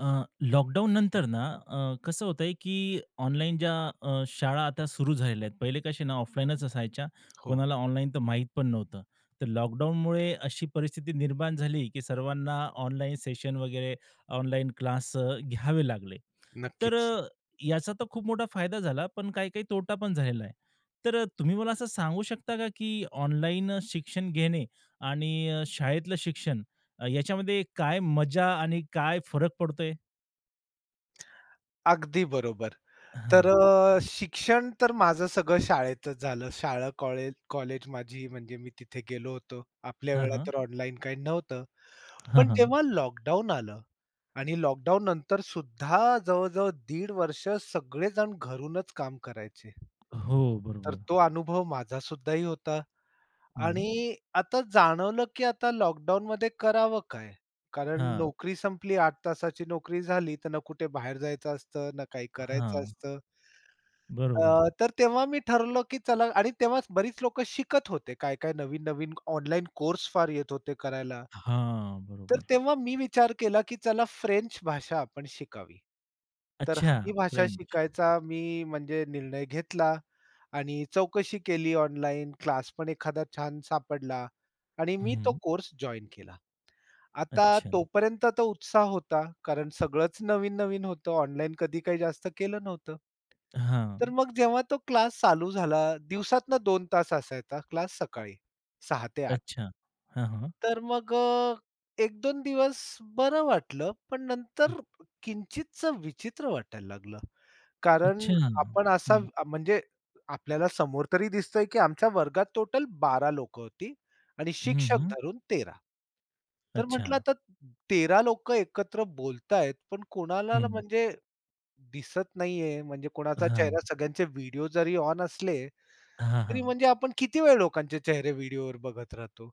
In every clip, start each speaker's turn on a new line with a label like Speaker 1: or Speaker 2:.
Speaker 1: अ, lockdown नंतर ना कसं होतंय की ऑनलाईन ज्या शाळा आता सुरू झालेल्या आहेत. पहिले कसे ना ऑफलाईनच असायच्या.
Speaker 2: हो,
Speaker 1: कोणाला ऑनलाईन तर माहीत पण नव्हतं. तर लॉकडाऊनमुळे अशी परिस्थिती निर्माण झाली की सर्वांना ऑनलाईन सेशन वगैरे ऑनलाईन क्लास घ्यावे लागले. तर
Speaker 2: नक्कीच.
Speaker 1: याचा तर खूप मोठा फायदा झाला, पण काही-काही तोटा पण झालेला आहे. तर तुम्ही मला असं सांगू शकता का की ऑनलाईन शिक्षण घेणे आणि शाळेतलं शिक्षण याच्यामध्ये काय मजा आणि काय फरक पडतोय?
Speaker 2: अगदी बरोबर. तर
Speaker 1: हां.
Speaker 2: शिक्षण तर माझं सगळं शाळेतच झालं. शाळा, कॉलेज कॉलेज माझी म्हणजे मी तिथे गेलो होतो. आपल्या
Speaker 1: हां,
Speaker 2: वेळा
Speaker 1: हां.
Speaker 2: तर ऑनलाईन काही नव्हतं.
Speaker 1: हां,
Speaker 2: पण
Speaker 1: हां.
Speaker 2: जेव्हा लॉकडाऊन आलं आणि लॉकडाऊन नंतर सुद्धा जवळ-जवळ दीड वर्ष सगळेजण घरूनच काम करायचे.
Speaker 1: हो,
Speaker 2: तर
Speaker 1: बरोबर.
Speaker 2: तो अनुभव माझा सुद्धाही होता.
Speaker 1: हं.
Speaker 2: आणि आता जाणवलं, की आता लॉकडाऊनमध्ये करावं काय? कारण
Speaker 1: हां.
Speaker 2: नोकरी संपली, 8 तासाची नोकरी झाली, तर ना कुठे बाहेर जायचं असतं, ना काही करायचं
Speaker 1: हां.
Speaker 2: असतं.
Speaker 1: बरोबर.
Speaker 2: तर तेव्हा मी ठरलो की चला आणि तेव्हाच बरीच लोकं शिकत होते. काय-काय नवीन-नवीन ऑनलाईन कोर्स फार येत होते करायला.
Speaker 1: हां,
Speaker 2: तर
Speaker 1: बरोबर.
Speaker 2: तेव्हा मी विचार केला, की चला फ्रेंच भाषा आपण शिकावी. तर
Speaker 1: अच्छा,
Speaker 2: ही भाषा
Speaker 1: फ्रेंच.
Speaker 2: शिकायचा मी म्हणजे निर्णय घेतला आणि चौकशी केली ऑनलाईन. क्लास पण एखादा छान सापडला आणि मी तो
Speaker 1: हं.
Speaker 2: कोर्स जॉइन केला. आता
Speaker 1: अच्छा.
Speaker 2: तोपर्यंत तर उत्साह होता, कारण सगळंच नवीन-नवीन होतं. ऑनलाईन कधी काही जास्त केलं नव्हतं.
Speaker 1: हां.
Speaker 2: तर मग जेव्हा तो क्लास चालू झाला, दिवसातनं 2 तास असायचा क्लास सकाळी 6 ते 8.
Speaker 1: अच्छा. हां, हां.
Speaker 2: तर मग 1-2 दिवस बरं वाटलं, पण
Speaker 1: हं.
Speaker 2: नंतर किंचितच विचित्र वाटायला लागलं. कारण
Speaker 1: अच्छा.
Speaker 2: आपण असा
Speaker 1: हं.
Speaker 2: म्हणजे आपल्याला समोर तरी दिसतंय, की आमच्या वर्गात टोटल 12 लोक होती आणि
Speaker 1: हं,
Speaker 2: शिक्षक
Speaker 1: हं.
Speaker 2: धरून 13. तर
Speaker 1: अच्छा.
Speaker 2: म्हटलं आता 13 लोकं एकत्र बोलतायत, पण कोणाला ना
Speaker 1: हं.
Speaker 2: म्हणजे दिसत नाहीये, म्हणजे कोणाचा
Speaker 1: हां.
Speaker 2: चेहरा सगळ्यांचे व्हिडिओ जरी ऑन असले,
Speaker 1: हां,
Speaker 2: तरी
Speaker 1: हां.
Speaker 2: म्हणजे आपण किती वेळ लोकांचे चेहरे व्हिडिओवर बघत राहतो.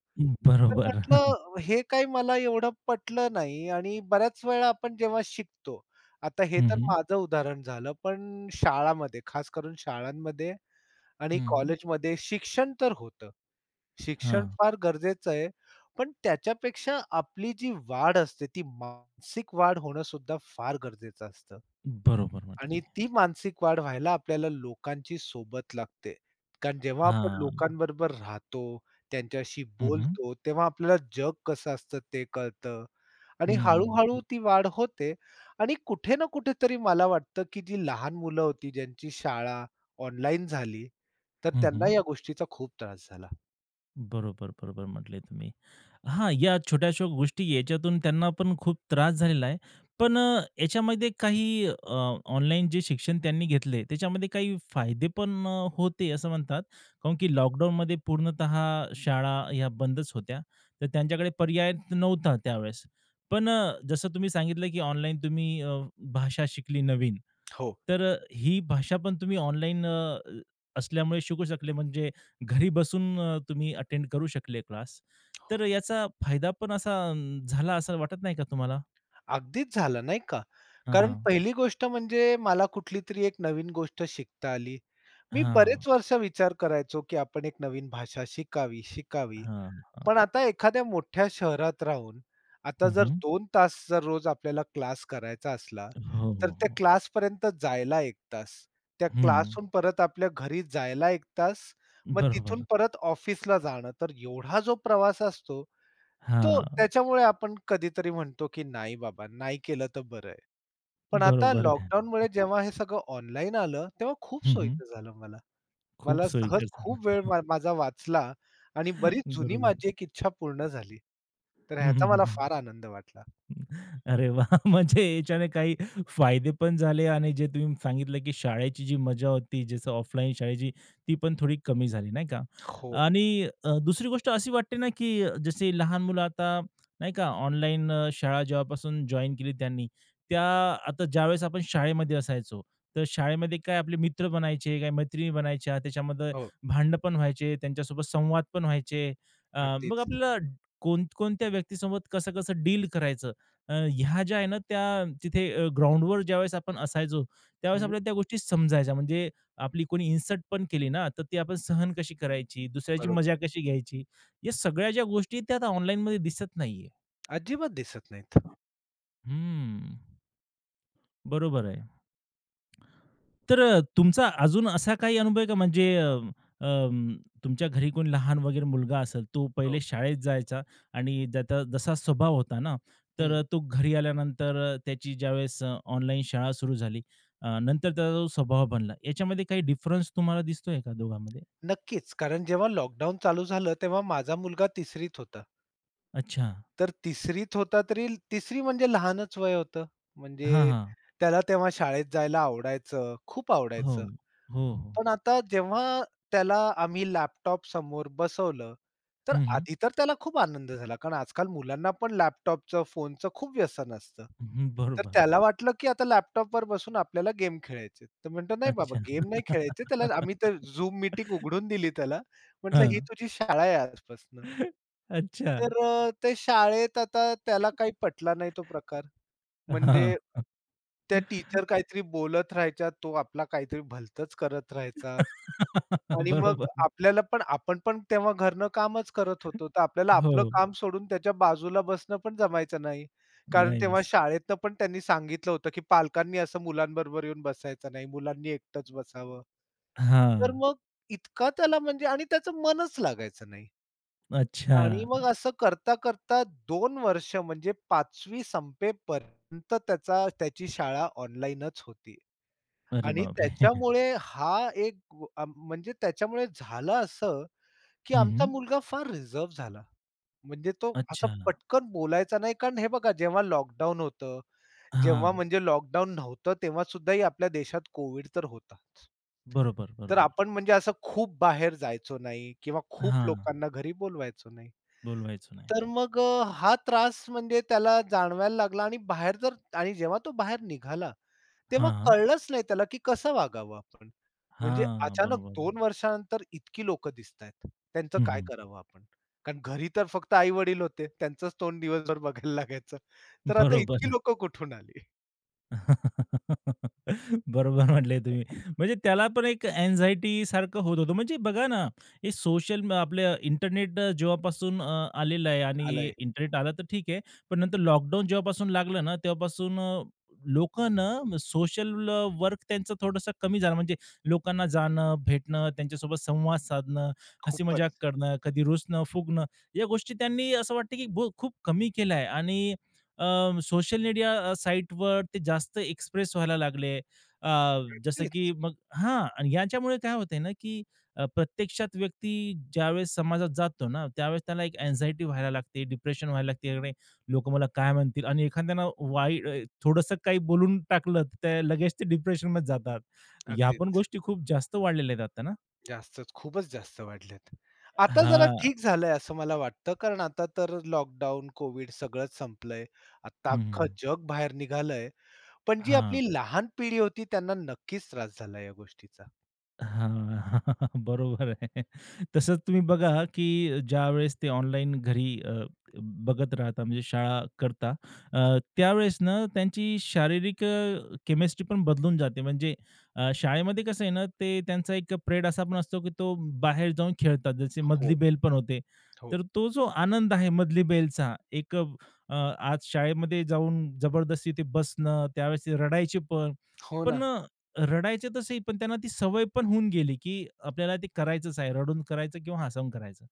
Speaker 2: तर
Speaker 1: बरोबर.
Speaker 2: म्हटलं हे काही मला एवढं पटलं नाही आणि बऱ्याच वेळा आपण जेव्हा शिकतो, आता हे
Speaker 1: हं,
Speaker 2: तर
Speaker 1: हं.
Speaker 2: माझं उदाहरण झालं, पण शाळामध्ये, खास करून शाळांमध्ये आणि
Speaker 1: हं, हं.
Speaker 2: कॉलेजमध्ये शिक्षण तर होतं. शिक्षण
Speaker 1: हां.
Speaker 2: फार गरजेचं आहे, पण त्याच्यापेक्षा आपली जी वाढ असते, ती मानसिक वाढ होणं सुद्धा फार गरजेचं असतं.
Speaker 1: बरोबर
Speaker 2: आणि
Speaker 1: म्हटलंय.
Speaker 2: ती मानसिक वाढ व्हायला आपल्याला लोकांची सोबत लागते. कारण जेव्हा आपण
Speaker 1: हां.
Speaker 2: लोकांबरोबर राहतो, त्यांच्याशी
Speaker 1: हं, हं.
Speaker 2: बोलतो, तेव्हा आपल्याला जग कसं असतं ते कळतं आणि
Speaker 1: हं, हं.
Speaker 2: हळू-हळू ती वाढ होते आणि कुठे ना कुठेतरी मला वाटतं, की जी लहान मुलं होती, ज्यांची शाळा ऑनलाईन झाली, तर
Speaker 1: हं,
Speaker 2: त्यांना
Speaker 1: हं.
Speaker 2: या गोष्टीचा खूप त्रास झाला.
Speaker 1: बरोबर, बरोबर म्हटले तुम्ही. हां, या छोट्याशा गोष्टी याच्यातून त्यांना पण खूप त्रास झालेला आहे. पण याच्यामध्ये काही ऑनलाईन जे शिक्षण त्यांनी घेतले, त्याच्यामध्ये काही फायदे पण होते असं म्हणतात. काऊन की लॉकडाऊनमध्ये पूर्णतः शाळा ह्या बंदच होत्या. तर त्यांच्याकडे पर्याय नव्हता त्यावेळेस. पण जसं तुम्ही सांगितलं की ऑनलाईन तुम्ही भाषा शिकली नवीन.
Speaker 2: हो.
Speaker 1: तर ही भाषा पण तुम्ही ऑनलाईन असल्यामुळे शिकू शकले म्हणजे घरी बसून तुम्ही अटेंड करू शकले क्लास. तर याचा फायदा पण असा झाला असं वाटत नाही का तुम्हाला?
Speaker 2: अगदीच झालं नाही का?
Speaker 1: हां,
Speaker 2: कारण
Speaker 1: हां.
Speaker 2: पहिली गोष्ट म्हणजे मला कुठलीतरी एक नवीन गोष्ट शिकता आली. मी
Speaker 1: हां,
Speaker 2: बरेच वर्ष विचार करायचो, की आपण एक नवीन भाषा शिकावी, शिकावी.
Speaker 1: हां, हां.
Speaker 2: पण आता एखाद्या मोठ्या शहरात राहून, आता
Speaker 1: हं,
Speaker 2: जर
Speaker 1: हं.
Speaker 2: 2 तास जर रोज आपल्याला क्लास करायचा असला,
Speaker 1: हो,
Speaker 2: तर
Speaker 1: हो,
Speaker 2: त्या
Speaker 1: हो.
Speaker 2: क्लासपर्यंत जायला 1 तास, त्या
Speaker 1: हं.
Speaker 2: क्लासहून परत आपल्या घरी जायला 1 तास, मग तिथून
Speaker 1: बरोबर.
Speaker 2: परत ऑफिसला जाणं. तर एवढा जो प्रवास असतो, तो
Speaker 1: हां,
Speaker 2: त्याच्यामुळे आपण कधीतरी म्हणतो, की नाही बाबा, नाही केलं तर बरं आहे. पण आता हो.
Speaker 1: बरोबर आहे.
Speaker 2: लॉकडाऊनमुळे जेव्हा हे सगळं ऑनलाईन आलं, तेव्हा खूप
Speaker 1: हं, हं.
Speaker 2: सोयीचं झालं मला.
Speaker 1: खूप
Speaker 2: मला सहज
Speaker 1: सोयीकर झालं.
Speaker 2: खूप वेळ माझा वाचला आणि बरीच जुनी
Speaker 1: बरोबर.
Speaker 2: माझी एक इच्छा पूर्ण झाली. तर
Speaker 1: हं, हं,
Speaker 2: ह्याचा
Speaker 1: हं,
Speaker 2: मला
Speaker 1: हं.
Speaker 2: फार आनंद वाटला.
Speaker 1: अरे वाह! म्हणजे याच्याने काही फायदे पण झाले आणि जे तुम्ही सांगितलं, की शाळेची जी मजा होती, जसं ऑफलाईन शाळेची, ती पण थोडी कमी झाली, नाही का?
Speaker 2: हो,
Speaker 1: आणि दुसरी गोष्ट अशी वाटते ना, की जसे लहान मुलं आता नाही का ऑनलाईन शाळा जेव्हापासून जॉइन केली त्यांनी, त्या आता ज्यावेळेस आपण शाळेमध्ये असायचो, तर शाळेमध्ये काय आपले मित्र बनायचे, काही मैत्रिणी बनायच्या, त्याच्यामध्ये
Speaker 2: हो.
Speaker 1: भांडणं पण व्हायचे, त्यांच्यासोबत संवाद पण व्हायचे. मग
Speaker 2: अगदीच.
Speaker 1: आपल्याला कोण कोणत्या व्यक्तीसोबत कसं-कसं डील करायचं ह्या ज्या आहे ना त्या तिथे ग्राउंडवर ज्यावेळेस आपण असायचो, त्यावेळेस
Speaker 2: हं.
Speaker 1: आपल्याला त्या गोष्टी समजायच्या. म्हणजे आपली कोणी इन्सल्ट पण केली ना, तर ती आपण सहन कशी करायची, दुसऱ्याची
Speaker 2: बरोबर.
Speaker 1: मजा कशी घ्यायची, या सगळ्या ज्या गोष्टी त्या आता ऑनलाईनमध्ये दिसत नाहीये.
Speaker 2: अजिबात दिसत नाहीत.
Speaker 1: हं, बरोबर आहे. तर तुमचा अजून असा काही अनुभव आहे का म्हणजे अं, तुमच्या घरी कोणी लहान वगैरे मुलगा असेल, तो
Speaker 2: हो.
Speaker 1: पहिले शाळेत जायचा आणि ज्याचा जसा स्वभाव होता ना, तर
Speaker 2: हं.
Speaker 1: तो घरी आल्यानंतर त्याची ज्यावेळेस ऑनलाईन शाळा सुरू झाली, नंतर त्याचा जो स्वभाव बनला, याच्यामध्ये काही डिफरन्स तुम्हाला दिसतोय का दोघांमध्ये?
Speaker 2: नक्कीच. कारण जेव्हा लॉकडाऊन चालू झालं तेव्हा माझा मुलगा 3री होता.
Speaker 1: अच्छा.
Speaker 2: तर 3री होता तरी 3री म्हणजे लहानच वय होतं. म्हणजे
Speaker 1: हां, हां.
Speaker 2: त्याला तेव्हा शाळेत जायला आवडायचं, खूप
Speaker 1: हो.
Speaker 2: आवडायचं.
Speaker 1: हो, हो.
Speaker 2: पण आता जेव्हा त्याला आम्ही लॅपटॉप समोर बसवलं, तर
Speaker 1: हं, हं.
Speaker 2: आधी तर त्याला खूप आनंद झाला. कारण आजकाल मुलांना पण लॅपटॉपचं, फोनचं खूप व्यसन असतं.
Speaker 1: हं,
Speaker 2: तर
Speaker 1: बरोबर.
Speaker 2: त्याला वाटलं, की आता लॅपटॉपवर बसून आपल्याला गेम खेळायचे तर म्हणतो, "नाही बाबा
Speaker 1: अच्छा.
Speaker 2: गेम नाही खेळायचे." त्याला आम्ही तर Zoom मीटिंग उघडून दिली त्याला. म्हटलं, "ही
Speaker 1: हां.
Speaker 2: तुझी शाळा आहे आजपासनं."
Speaker 1: अच्छा.
Speaker 2: तर ते शाळेत आता त्याला काही पटला नाही तो प्रकार. म्हणजे
Speaker 1: हां.
Speaker 2: त्या टीचर काहीतरी बोलत राहायच्या, तो आपला काहीतरी भलतंच करत राहायचा. आणि मग
Speaker 1: बरोबर.
Speaker 2: आपल्याला पण आपण पण तेव्हा घरनं कामच करत होतो. तर आपल्याला
Speaker 1: हो.
Speaker 2: आपलं काम सोडून त्याच्या बाजूला बसणं पण जमायचं नाही. कारण
Speaker 1: नाही
Speaker 2: तेव्हा
Speaker 1: बस.
Speaker 2: शाळेतनं पण त्यांनी सांगितलं होतं, की पालकांनी असं मुलांबरोबर येऊन बसायचं नाही. मुलांनी एकटंच बसावं. तर
Speaker 1: हां.
Speaker 2: मग इतका त्याला म्हणजे आणि त्याचं मनच लागायचं नाही. आणि मग
Speaker 1: अच्छा.
Speaker 2: असं करता-करता 2 वर्ष म्हणजे 5वी संपेपर्यंत त्याची शाळा ऑनलाईनच होती.
Speaker 1: अरे
Speaker 2: आणि
Speaker 1: बापरे!
Speaker 2: त्याच्यामुळे हा एक म्हणजे त्याच्यामुळे झालं असं, की
Speaker 1: हं,
Speaker 2: आमचा
Speaker 1: हं.
Speaker 2: मुलगा फार रिझर्व्ह झाला. म्हणजे तो असा
Speaker 1: अच्छा.
Speaker 2: पटकन बोलायचा नाही. कारण हे बघा जेव्हा लॉकडाऊन होतं,
Speaker 1: हां.
Speaker 2: जेव्हा म्हणजे लॉकडाऊन नव्हतं तेव्हा सुद्धाही आपल्या देशात कोविड तर होताच.
Speaker 1: बरोबर,
Speaker 2: तर
Speaker 1: बरोबर.
Speaker 2: आपण म्हणजे असं खूप बाहेर जायचो नाही किंवा खूप
Speaker 1: हां.
Speaker 2: लोकांना घरी बोलवायचो नाही.
Speaker 1: बोलवायचो नाही.
Speaker 2: तर मग हा त्रास म्हणजे त्याला जाणवायला लागला आणि बाहेर जर आणि जेव्हा तो बाहेर निघाला तेव्हा
Speaker 1: हां, हां.
Speaker 2: कळलंच नाही त्याला, की कसं वागावं आपण? म्हणजे
Speaker 1: हां,
Speaker 2: अचानक
Speaker 1: बरोबर आहे.
Speaker 2: 2 वर्षानंतर इतकी लोक दिसतायत. त्यांचं
Speaker 1: हं,
Speaker 2: काय
Speaker 1: हं.
Speaker 2: करावं आपण? कारण घरी तर फक्त आई-वडील होते. त्यांचंच तोंड दिवसभर बघायला लागायचं. तर आता इतकी
Speaker 1: बरोबर.
Speaker 2: लोक कुठून आली?
Speaker 1: बरोबर म्हटले तुम्ही. म्हणजे त्याला पण एक अँक्साइटीसारखं होत होतं. म्हणजे बघा ना, हे सोशल आपलं इंटरनेट जेव्हापासून आलेलं आहे आणि
Speaker 2: आलंय.
Speaker 1: इंटरनेट आलं तर ठीक आहे. पण नंतर लॉकडाऊन जेव्हापासून लागलं ना, तेव्हापासून लोकांना सोशल वर्क त्यांचं थोडंसं कमी झालं. म्हणजे लोकांना जाणं, भेटणं, त्यांच्यासोबत संवाद साधणं, हसी-मजाक
Speaker 2: खूपच.
Speaker 1: करणं, कधी रुसणं, फुगणं या गोष्टी त्यांनी असं वाटतं की ब खूप कमी केलं आहे आणि सोशल मीडिया साईटवर ते जास्त एक्सप्रेस व्हायला लागले. जसं
Speaker 2: तेच.
Speaker 1: की मग हां आणि यांच्यामुळे काय होतंय ना, की प्रत्यक्षात व्यक्ती ज्यावेळेस समाजात जातो ना, त्यावेळेस त्याला एक अँक्झायटी व्हायला लागते, डिप्रेशन व्हायला लागते. अरे, लोकं मला काय म्हणतील? आणि एखाद्यानं वाईट थोडंसं काही बोलून टाकलं, तर त्या लगेच ते डिप्रेशनमध्ये जातात. ह्या पण
Speaker 2: अगदीच.
Speaker 1: गोष्टी खूप जास्त वाढलेल्या आहेत आता ना.
Speaker 2: जास्तच. खूपच जास्त वाढलेत. आता जरा
Speaker 1: हां.
Speaker 2: ठीक झालंय असं मला वाटतं. कारण आता तर लॉकडाऊन, कोविड सगळंच संपलंय. आता
Speaker 1: हं,
Speaker 2: अख्खं
Speaker 1: हं.
Speaker 2: जग बाहेर निघालंय. पण जी आपली लहान पिढी होती त्यांना नक्कीच त्रास झाला या गोष्टीचा.
Speaker 1: हां. बरोबर आहे. तसंच तुम्ही बघा, की ज्यावेळेस ते ऑनलाईन घरी बघत राहता म्हणजे शाळा करता, त्यावेळेस ना त्यांची शारीरिक केमिस्ट्री पण बदलून जाते. म्हणजे शाळेमध्ये कसं आहे ना, ते त्यांचा एक प्रेड असा पण असतो, की तो बाहेर जाऊन खेळतात. जसे
Speaker 2: हो.
Speaker 1: मधली बेल पण होते.
Speaker 2: हो.
Speaker 1: तर तो जो आनंद आहे मधली बेलचा एक आज शाळेमध्ये जाऊन जबरदस्ती ते बसणं, त्यावेळेस ते रडायचे पण.
Speaker 2: हो
Speaker 1: पण
Speaker 2: ना.
Speaker 1: रडायचे तसंही, पण त्यांना ती सवय पण होऊन गेली, की आपल्याला ते करायचंच आहे. रडून करायचं किंवा हसवून करायचं.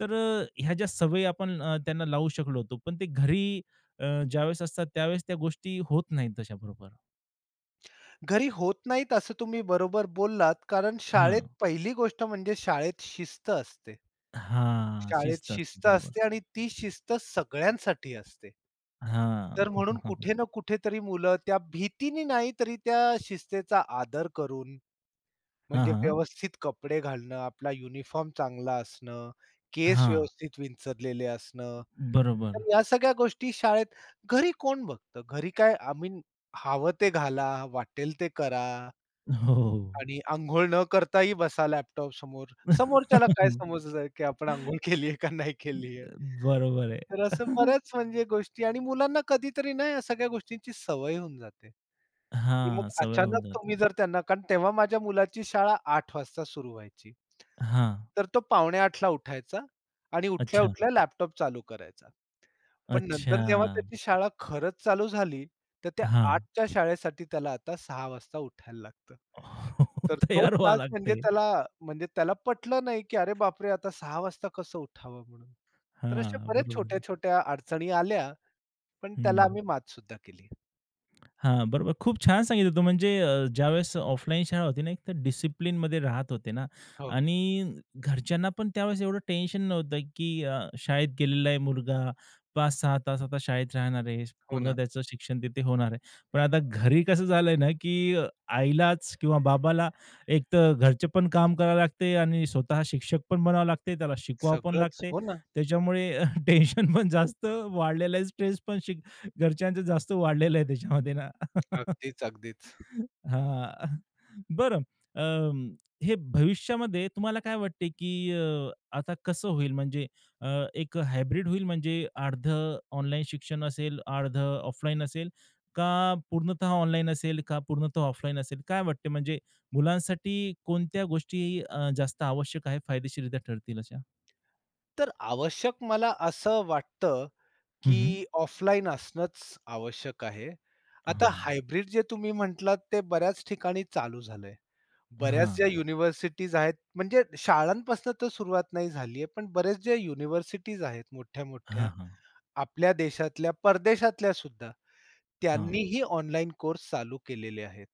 Speaker 1: तर ह्या ज्या सवयी आपण त्यांना लावू शकलो होतो. पण ते घरी अ, ज्यावेळेस असतात त्यावेळेस त्या गोष्टी होत नाहीत तशाबरोबर.
Speaker 2: घरी होत नाहीत असं तुम्ही बरोबर बोललात, कारण शाळेत
Speaker 1: हां.
Speaker 2: पहिली गोष्ट म्हणजे शाळेत शिस्त असते.
Speaker 1: हां.
Speaker 2: शाळेत
Speaker 1: शिस्त असते.
Speaker 2: शिस्त
Speaker 1: बरोबर.
Speaker 2: असते आणि ती शिस्त सगळ्यांसाठी असते. तर म्हणून
Speaker 1: हां.
Speaker 2: कुठे ना कुठेतरी मुलं त्या भीतीने नाही तरी त्या शिस्तेचा आदर करून,
Speaker 1: हां,
Speaker 2: म्हणजे
Speaker 1: हां.
Speaker 2: व्यवस्थित कपडे घालणं, आपला युनिफॉर्म चांगला असणं, केस
Speaker 1: हां.
Speaker 2: व्यवस्थित विंचरलेले असणं,
Speaker 1: बरोबर.
Speaker 2: तर या सगळ्या गोष्टी शाळेत घरी कोण बघतं? घरी काय हवं ते घाला, वाटेल ते करा
Speaker 1: हो,
Speaker 2: आणि अंघोळ न करताही बसा लॅपटॉप समोर. समोरच्याला काय समजलं, की आपण अंघोळ केली का नाही केली
Speaker 1: बरोबर
Speaker 2: तर
Speaker 1: आहे.
Speaker 2: असं बऱ्याच म्हणजे गोष्टी आणि मुलांना कधीतरी ना या सगळ्या गोष्टींची सवय होऊन जाते, की मग
Speaker 1: हां. सवय
Speaker 2: अचानक
Speaker 1: होऊन जाते.
Speaker 2: तुम्ही जर त्यांना कारण तेव्हा माझ्या मुलाची शाळा 8:00 वाजता सुरू व्हायची.
Speaker 1: हां.
Speaker 2: तर तो 7:45 आठला उठायचा आणि
Speaker 1: अच्छा.
Speaker 2: उठल्या-उठल्या लॅपटॉप चालू करायचा. पण नंतर जेव्हा त्याची
Speaker 1: अच्छा.
Speaker 2: शाळा खरंच चालू झाली, तर त्या
Speaker 1: हां.
Speaker 2: 8च्या शाळेसाठी त्याला आता 6 वाजता उठायला लागतं. तर तो
Speaker 1: तयार व्हावं
Speaker 2: त्रास म्हणजे
Speaker 1: लागते.
Speaker 2: त्याला म्हणजे त्याला पटलं नाही, की "अरे बापरे! आता सहा वाजता कसं उठावं?" म्हणून. तर अशा
Speaker 1: हां,
Speaker 2: बऱ्याच
Speaker 1: बरोबर.
Speaker 2: छोट्या-छोट्या अडचणी आल्या, पण त्याला
Speaker 1: हं.
Speaker 2: आम्ही मात सुद्धा केली.
Speaker 1: हां, बरोबर. खूप छान सांगितलं तू. म्हणजे ज्यावेळेस ऑफलाईन शाळा होती ना, एक तर डिसिप्लिनमध्ये राहत होते ना
Speaker 2: हो,
Speaker 1: आणि घरच्यांना पण त्यावेळेस एवढं टेन्शन नव्हतं, की शाळेत गेलेला आहे मुलगा 5-6 तास आता शाळेत राहणार आहे.
Speaker 2: हो
Speaker 1: पूर्ण
Speaker 2: ना.
Speaker 1: त्याचं शिक्षण तिथे होणार आहे. पण आता घरी कसं झालंय ना, की आईलाच किंवा बाबाला एक तर घरचे पण काम करावं लागते आणि स्वतः शिक्षक पण बनावं लागते, त्याला शिकवावं पण
Speaker 2: सगळंच.
Speaker 1: लागते.
Speaker 2: हो ना.
Speaker 1: त्याच्यामुळे टेन्शन पण जास्त वाढलेलं आहे, स्ट्रेस पण घरच्यांचं जास्त वाढलेलं आहे त्याच्यामध्ये ना.
Speaker 2: अगदीच, अगदीच.
Speaker 1: हां. बरं अं, हे भविष्यामध्ये तुम्हाला काय वाटते, की आता कसं होईल म्हणजे अ, एक हायब्रिड होईल म्हणजे अर्धं ऑनलाईन शिक्षण असेल, अर्धं ऑफलाईन असेल का पूर्णतः ऑनलाईन असेल का पूर्णतः ऑफलाईन असेल? काय वाटते म्हणजे मुलांसाठी कोणत्या गोष्टी जास्त आवश्यक आहे, फायदेशीररित्या ठरतील अशा?
Speaker 2: तर आवश्यक मला असं वाटतं
Speaker 1: हं,
Speaker 2: की
Speaker 1: हं.
Speaker 2: ऑफलाईन असणंच आवश्यक आहे. आता
Speaker 1: हां.
Speaker 2: हायब्रिड जे तुम्ही म्हटलात ते बऱ्याच ठिकाणी चालू झालंय. हं. बऱ्याच
Speaker 1: हां.
Speaker 2: ज्या युनिव्हर्सिटीज आहेत म्हणजे शाळांपासून तर सुरुवात नाही झाली आहे, पण बरेच ज्या युनिव्हर्सिटीज आहेत
Speaker 1: हां,
Speaker 2: मोठ्या-मोठ्या
Speaker 1: हां.
Speaker 2: आपल्या देशातल्या, परदेशातल्या सुद्धा त्यांनीही ऑनलाईन कोर्स चालू केलेले आहेत.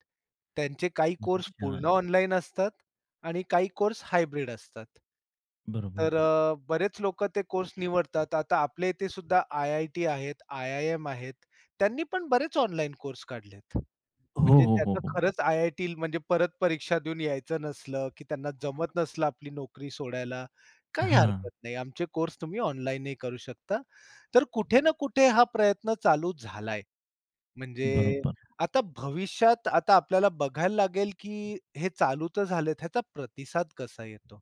Speaker 2: त्यांचे काही कोर्स
Speaker 1: अच्छा.
Speaker 2: पूर्ण ऑनलाईन असतात आणि काही कोर्स हायब्रिड असतात.
Speaker 1: बरोबर.
Speaker 2: तर बरेच लोकं ते कोर्स निवडतात. आता आपल्या इथे सुद्धा आय-आय-टी आहेत, आय-आय-एम आहेत. त्यांनी पण बरेच ऑनलाईन कोर्स काढलेत.
Speaker 1: हो,
Speaker 2: म्हणजे
Speaker 1: हो, हो,
Speaker 2: त्यांना
Speaker 1: हो.
Speaker 2: खरंच आय-आय-टी म्हणजे परत परीक्षा देऊन यायचं नसलं, की त्यांना जमत नसलं आपली नोकरी सोडायला, काही हरकत
Speaker 1: हां,
Speaker 2: नाही. आमचे कोर्स तुम्ही ऑनलाईनही करू शकता. तर कुठे ना कुठे हा प्रयत्न चालू झालाय. म्हणजे
Speaker 1: बरोबर.
Speaker 2: आता भविष्यात आता आपल्याला बघायला लागेल, की हे चालू तर झालेत, ह्याचा प्रतिसाद कसा येतो?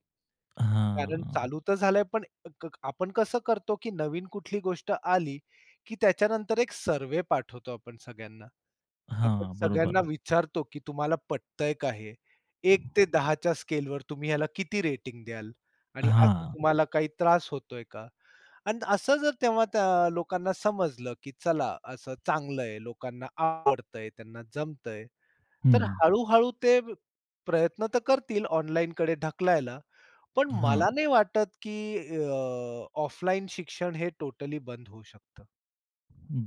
Speaker 2: कारण
Speaker 1: हां,
Speaker 2: चालू तर झालंय, पण आपण कसं करतो, की नवीन कुठली गोष्ट आली, की त्याच्यानंतर एक सर्वे पाठवतो आपण सगळ्यांना. आपण
Speaker 1: हां,
Speaker 2: सगळ्यांना
Speaker 1: बरोबर.
Speaker 2: विचारतो, की तुम्हाला पटतंय का हे? 1 ते 10च्या स्केलवर तुम्ही ह्याला किती रेटिंग द्याल? आणि असं
Speaker 1: हां,
Speaker 2: तुम्हाला काही त्रास होतोय का? आणि असं जर तेव्हा त्या लोकांना समजलं, की चला असं चांगलं आहे, लोकांना आवडतंय, त्यांना जमतंय,
Speaker 1: हं,
Speaker 2: तर
Speaker 1: हं.
Speaker 2: हळू-हळू ते प्रयत्न तर करतील ऑनलाईन कडे ढकलायला. पण
Speaker 1: हां,
Speaker 2: मला नाही वाटत, की ऑफलाईन शिक्षण हे टोटली बंद होऊ शकतं.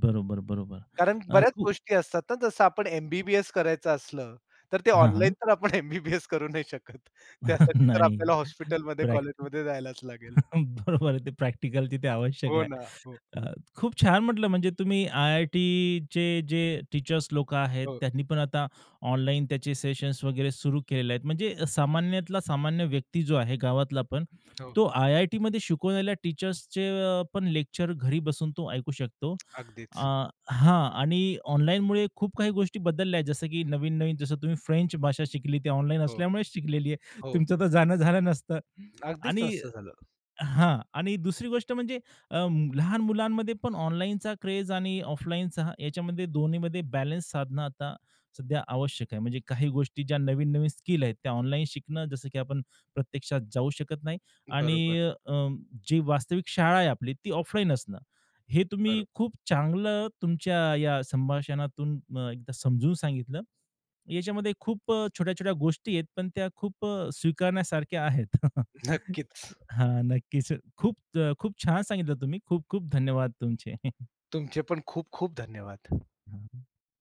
Speaker 1: बरोबर, बरोबर.
Speaker 2: कारण बऱ्याच
Speaker 1: खूप
Speaker 2: गोष्टी असतात ना, जसं आपण एम करायचं असलं, तर ते
Speaker 1: हां,
Speaker 2: ऑनलाईन
Speaker 1: हां.
Speaker 2: तर आपण एम करू नाही शकत. त्यासाठी तर
Speaker 1: नाही.
Speaker 2: आपल्याला हॉस्पिटलमध्ये,
Speaker 1: प्रॅक्ट
Speaker 2: कॉलेजमध्ये जायलाच लागेल.
Speaker 1: बरोबर आहे. ते प्रॅक्टिकल तिथे आवश्यक
Speaker 2: हो
Speaker 1: आहे.
Speaker 2: ना. हो,
Speaker 1: अ, खूप छान म्हटलं म्हणजे तुम्ही आय-आय-टीचे जे टीचर्स लोकं आहेत,
Speaker 2: हो,
Speaker 1: त्यांनी पण आता ऑनलाईन त्याचे सेशन्स वगैरे सुरू केलेले आहेत. म्हणजे सामान्यातला सामान्य व्यक्ती जो आहे गावातला पण,
Speaker 2: हो.
Speaker 1: तो आय-आय-टीमध्ये शिकवलेल्या टीचर्सचे पण लेक्चर घरी बसून तो ऐकू शकतो. अ,
Speaker 2: अगदीच.
Speaker 1: हां आणि ऑनलाईनमुळे खूप काही गोष्टी बदलल्या आहेत. जसं की नवीन-नवीन जसं तुम्ही फ्रेंच भाषा शिकली, ती ऑनलाईन
Speaker 2: हो,
Speaker 1: असल्यामुळेच शिकलेली आहे.
Speaker 2: हो.
Speaker 1: तुमचं तर जाणं झालं नसतं
Speaker 2: अगदीच
Speaker 1: आणि
Speaker 2: नसतं झालं.
Speaker 1: हां. आणि दुसरी गोष्ट म्हणजे अ, लहान मुलांमध्ये पण ऑनलाईनचा क्रेझ आणि ऑफलाईनचा याच्यामध्ये दोन्हीमध्ये बॅलन्स साधणं आता सध्या आवश्यक आहे. म्हणजे काही गोष्टी ज्या नवीन-नवीन स्किल आहेत, त्या ऑनलाईन शिकणं जसं की आपण प्रत्यक्षात जाऊ शकत नाही
Speaker 2: बरोबर,
Speaker 1: आणि अ, जी वास्तविक शाळा आहे आपली ती ऑफलाईन असणं. हे
Speaker 2: बरोबर.
Speaker 1: तुम्ही खूप चांगलं तुमच्या या संभाषणातून एकदा समजून सांगितलं. याच्यामध्ये खूप छोट्या-छोट्या गोष्टी आहेत, पण त्या खूप स्वीकारण्यासारख्या आहेत.
Speaker 2: नक्कीच.
Speaker 1: हां, नक्कीच. खूप छान सांगितलं तुम्ही. खूप खूप धन्यवाद तुमचे.
Speaker 2: तुमचे पण खूप खूप धन्यवाद.
Speaker 1: हां.